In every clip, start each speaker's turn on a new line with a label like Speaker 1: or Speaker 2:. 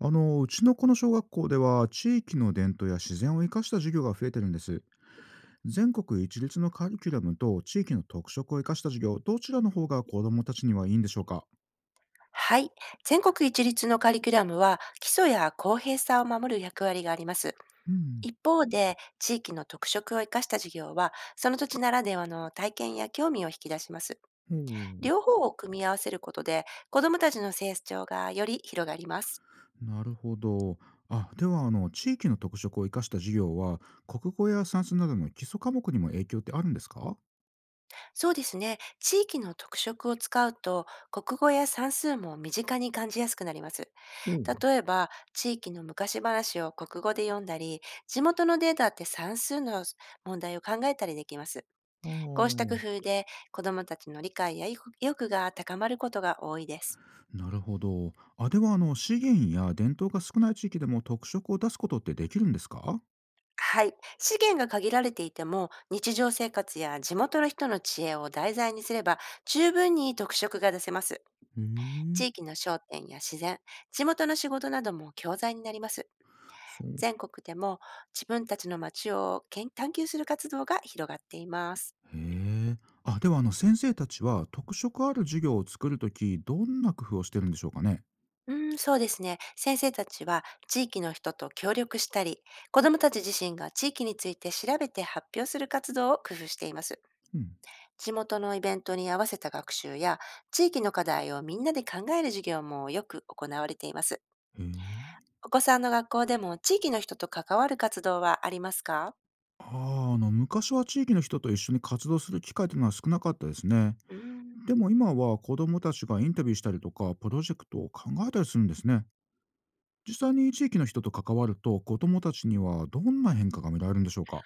Speaker 1: うちのこの小学校では地域の伝統や自然を生かした授業が増えてるんです。全国一律のカリキュラムと地域の特色を生かした授業、どちらの方が子どもたちにはいいんでしょうか？
Speaker 2: はい。全国一律のカリキュラムは、基礎や公平さを守る役割があります。
Speaker 1: うん。
Speaker 2: 一方で、地域の特色を生かした授業は、その土地ならではの体験や興味を引き出します。
Speaker 1: ほう。
Speaker 2: 両方を組み合わせることで、子どもたちの成長がより広がります。
Speaker 1: なるほど。あ、では地域の特色を生かした授業は、国語や算数などの基礎科目にも影響ってあるんですか？
Speaker 2: そうですね。地域の特色を使うと、国語や算数も身近に感じやすくなります。
Speaker 1: ほう。
Speaker 2: 例えば、地域の昔話を国語で読んだり、地元のデータって算数の問題を考えたりできます。
Speaker 1: あ
Speaker 2: こうした
Speaker 1: ー。
Speaker 2: 工夫で、子どもたちの理解や意欲が高まることが多いです。
Speaker 1: なるほど。あ、では資源や伝統が少ない地域でも特色を出すことってできるんですか？
Speaker 2: はい。資源が限られていても、日常生活や地元の人の知恵を題材にすれば、十分に特色が出せます。
Speaker 1: へえ。
Speaker 2: 地域の商店や自然、地元の仕事なども教材になります。
Speaker 1: そう。
Speaker 2: 全国でも自分たちの街を研探求する活動が広がっています。
Speaker 1: へえ。あ、では先生たちは特色ある授業を作るとき、どんな工夫をしてるんでしょうかね？
Speaker 2: うん、そうですね。先生たちは地域の人と協力したり、子どもたち自身が地域について調べて発表する活動を工夫しています。
Speaker 1: うん。
Speaker 2: 地元のイベントに合わせた学習や、地域の課題をみんなで考える授業もよく行われています。
Speaker 1: へえ。
Speaker 2: お子さんの学校でも地域の人と関わる活動はありますか。
Speaker 1: ああ、昔は地域の人と一緒に活動する機会というのは少なかったですね。
Speaker 2: うん、
Speaker 1: でも今は子どもたちがインタビューしたりとか、プロジェクトを考えたりするんですね。実際に地域の人と関わると、子どもたちにはどんな変化が見られるんでしょうか？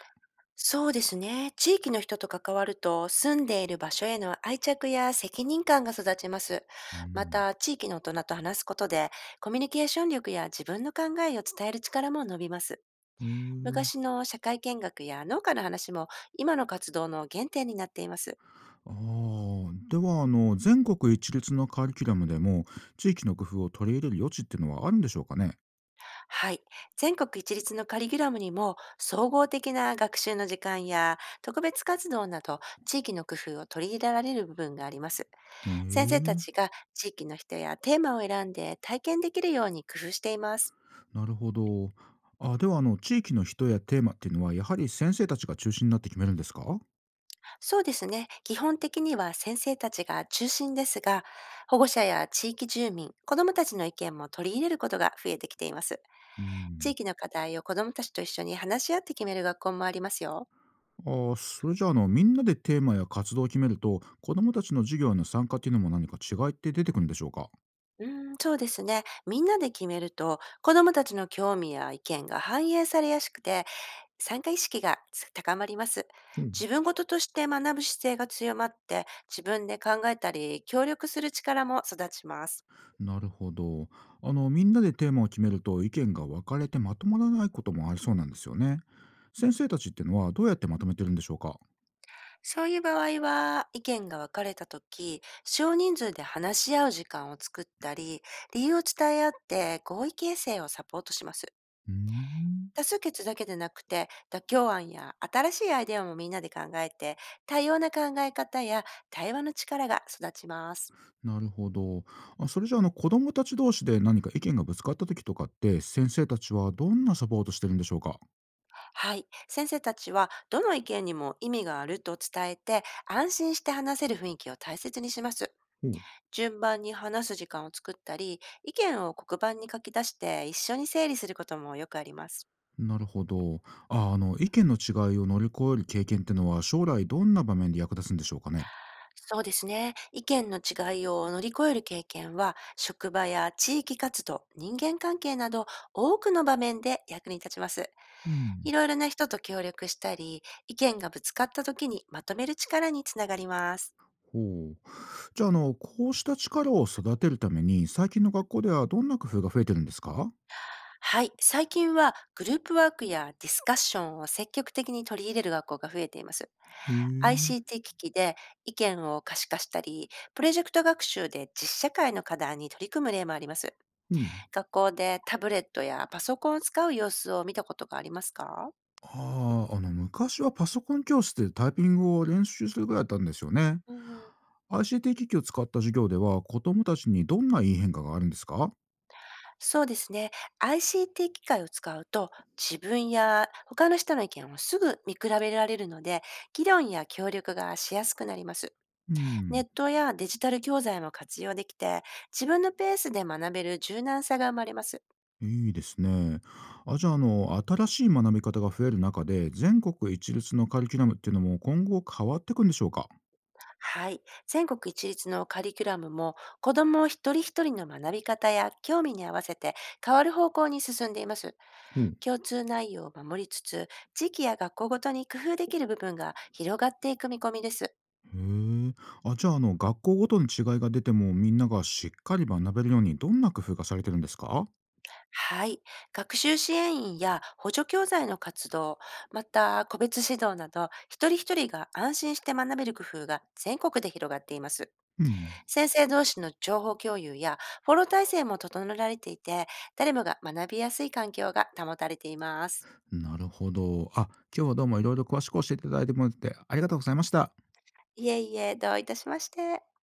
Speaker 2: そうですね。地域の人と関わると、住んでいる場所への愛着や責任感が育ちます。
Speaker 1: う
Speaker 2: ま
Speaker 1: ん。
Speaker 2: た、地域の大人と話すことで、コミュニケーション力や自分の考えを伝える力も伸びます。
Speaker 1: へえ。
Speaker 2: 昔の社会見学や農家の話も、今の活動の原点になっています。
Speaker 1: ああ、では全国一律のカリキュラムでも地域の工夫を取り入れる余地っていうのはあるんでしょうかね？
Speaker 2: はい。全国一律のカリキュラムにも、総合的な学習の時間や、特別活動など、地域の工夫を取り入れられる部分があります。
Speaker 1: へ
Speaker 2: 先生た
Speaker 1: え。
Speaker 2: ちが地域の人やテーマを選んで体験できるように工夫しています。
Speaker 1: なるほど。あ、では地域の人やテーマっていうのはやはり先生たちが中心になって決めるんですか？
Speaker 2: そうですね。基本的には先生たちが中心ですが、保護者や地域住民、子どもたちの意見も取り入れることが増えてきています。
Speaker 1: う
Speaker 2: 地
Speaker 1: ん。
Speaker 2: 域の課題を子どもたちと一緒に話し合って決める学校もありますよ。
Speaker 1: ああ、それじゃあみんなでテーマや活動を決めると、子どもたちの授業への参加っていうのも何か違いって出てくるんでしょうか？
Speaker 2: うーん、そうですね。みんなで決めると、子どもたちの興味や意見が反映されやすくて、参加意識が高まります。
Speaker 1: うん。
Speaker 2: 自分事として学ぶ姿勢が強まって、自分で考えたり、協力する力も育ちます。
Speaker 1: なるほど。あの、みんなでテーマを決めると意見が分かれてまとまらないこともありそうなんですよね。先生たちってのはどうやってまとめてるんでしょうか？
Speaker 2: そういう場合は、意見が分かれた時、少人数で話し合う時間を作ったり、理由を伝え合って合意形成をサポートします。
Speaker 1: うーん、
Speaker 2: 多数決だけでなくて、妥協案や新しいアイデアもみんなで考えて、多様な考え方や対話の力が育ちます。
Speaker 1: なるほど。あ、それじゃあ、あの、子供たち同士で何か意見がぶつかった時とかって、先生たちはどんなサポートしてるんでしょうか？
Speaker 2: はい。先生たちは、どの意見にも意味があると伝えて、安心して話せる雰囲気を大切にします。
Speaker 1: ほう。
Speaker 2: 順番に話す時間を作ったり、意見を黒板に書き出して一緒に整理することもよくあります。
Speaker 1: なるほど。あ、あの、意見の違いを乗り越える経験ってのは、将来どんな場面で役立つんでしょうかね？
Speaker 2: そうですね。意見の違いを乗り越える経験は、職場や地域活動、人間関係など多くの場面で役に立ちます。
Speaker 1: うん。
Speaker 2: いろいろな人と協力したり、意見がぶつかった時にまとめる力につながります。
Speaker 1: ほう。じゃあ、あの、こうした力を育てるために、最近の学校ではどんな工夫が増えてるんですか？
Speaker 2: はい、最近はグループワークやディスカッションを積極的に取り入れる学校が増えています。
Speaker 1: へえ。
Speaker 2: ICT 機器で意見を可視化したり、プロジェクト学習で実社会の課題に取り組む例もあります。
Speaker 1: うん。
Speaker 2: 学校でタブレットやパソコンを使う様子を見たことがありますか。
Speaker 1: ああ、あの、昔はパソコン教室でタイピングを練習するぐらいだったんですよね。
Speaker 2: うん、
Speaker 1: ICT 機器を使った授業では、子供たちにどんないい変化があるんですか？
Speaker 2: そうですね。ICT 機械を使うと自分や他の人の意見をすぐ見比べられるので、議論や協力がしやすくなります。
Speaker 1: う
Speaker 2: ネ
Speaker 1: ん、
Speaker 2: ットやデジタル教材も活用できて、自分のペースで学べる柔軟さが生まれます。
Speaker 1: いいですね。あ、じゃあ、あの、新しい学び方が増える中で、全国一律のカリキュラムっていうのも今後変わっていくんでしょうか？
Speaker 2: はい。全国一律のカリキュラムも、子ども一人一人の学び方や興味に合わせて変わる方向に進んでいます。
Speaker 1: ほう。
Speaker 2: 共通内容を守りつつ、地域や学校ごとに工夫できる部分が広がっていく見込みです。
Speaker 1: へえ。あ、じゃあ、あの、学校ごとに違いが出ても、みんながしっかり学べるように、どんな工夫がされてるんですか？
Speaker 2: はい。学習支援員や補助教材の活動、また個別指導など、一人一人が安心して学べる工夫が全国で広がっています。
Speaker 1: うん。
Speaker 2: 先生同士の情報共有やフォロー体制も整えられていて、誰もが学びやすい環境が保たれています。
Speaker 1: なるほど。あ、今日はどうもいろいろ詳しく教えていただいてもらって、ありがとうございました。
Speaker 2: いえいえ、どういたしまして。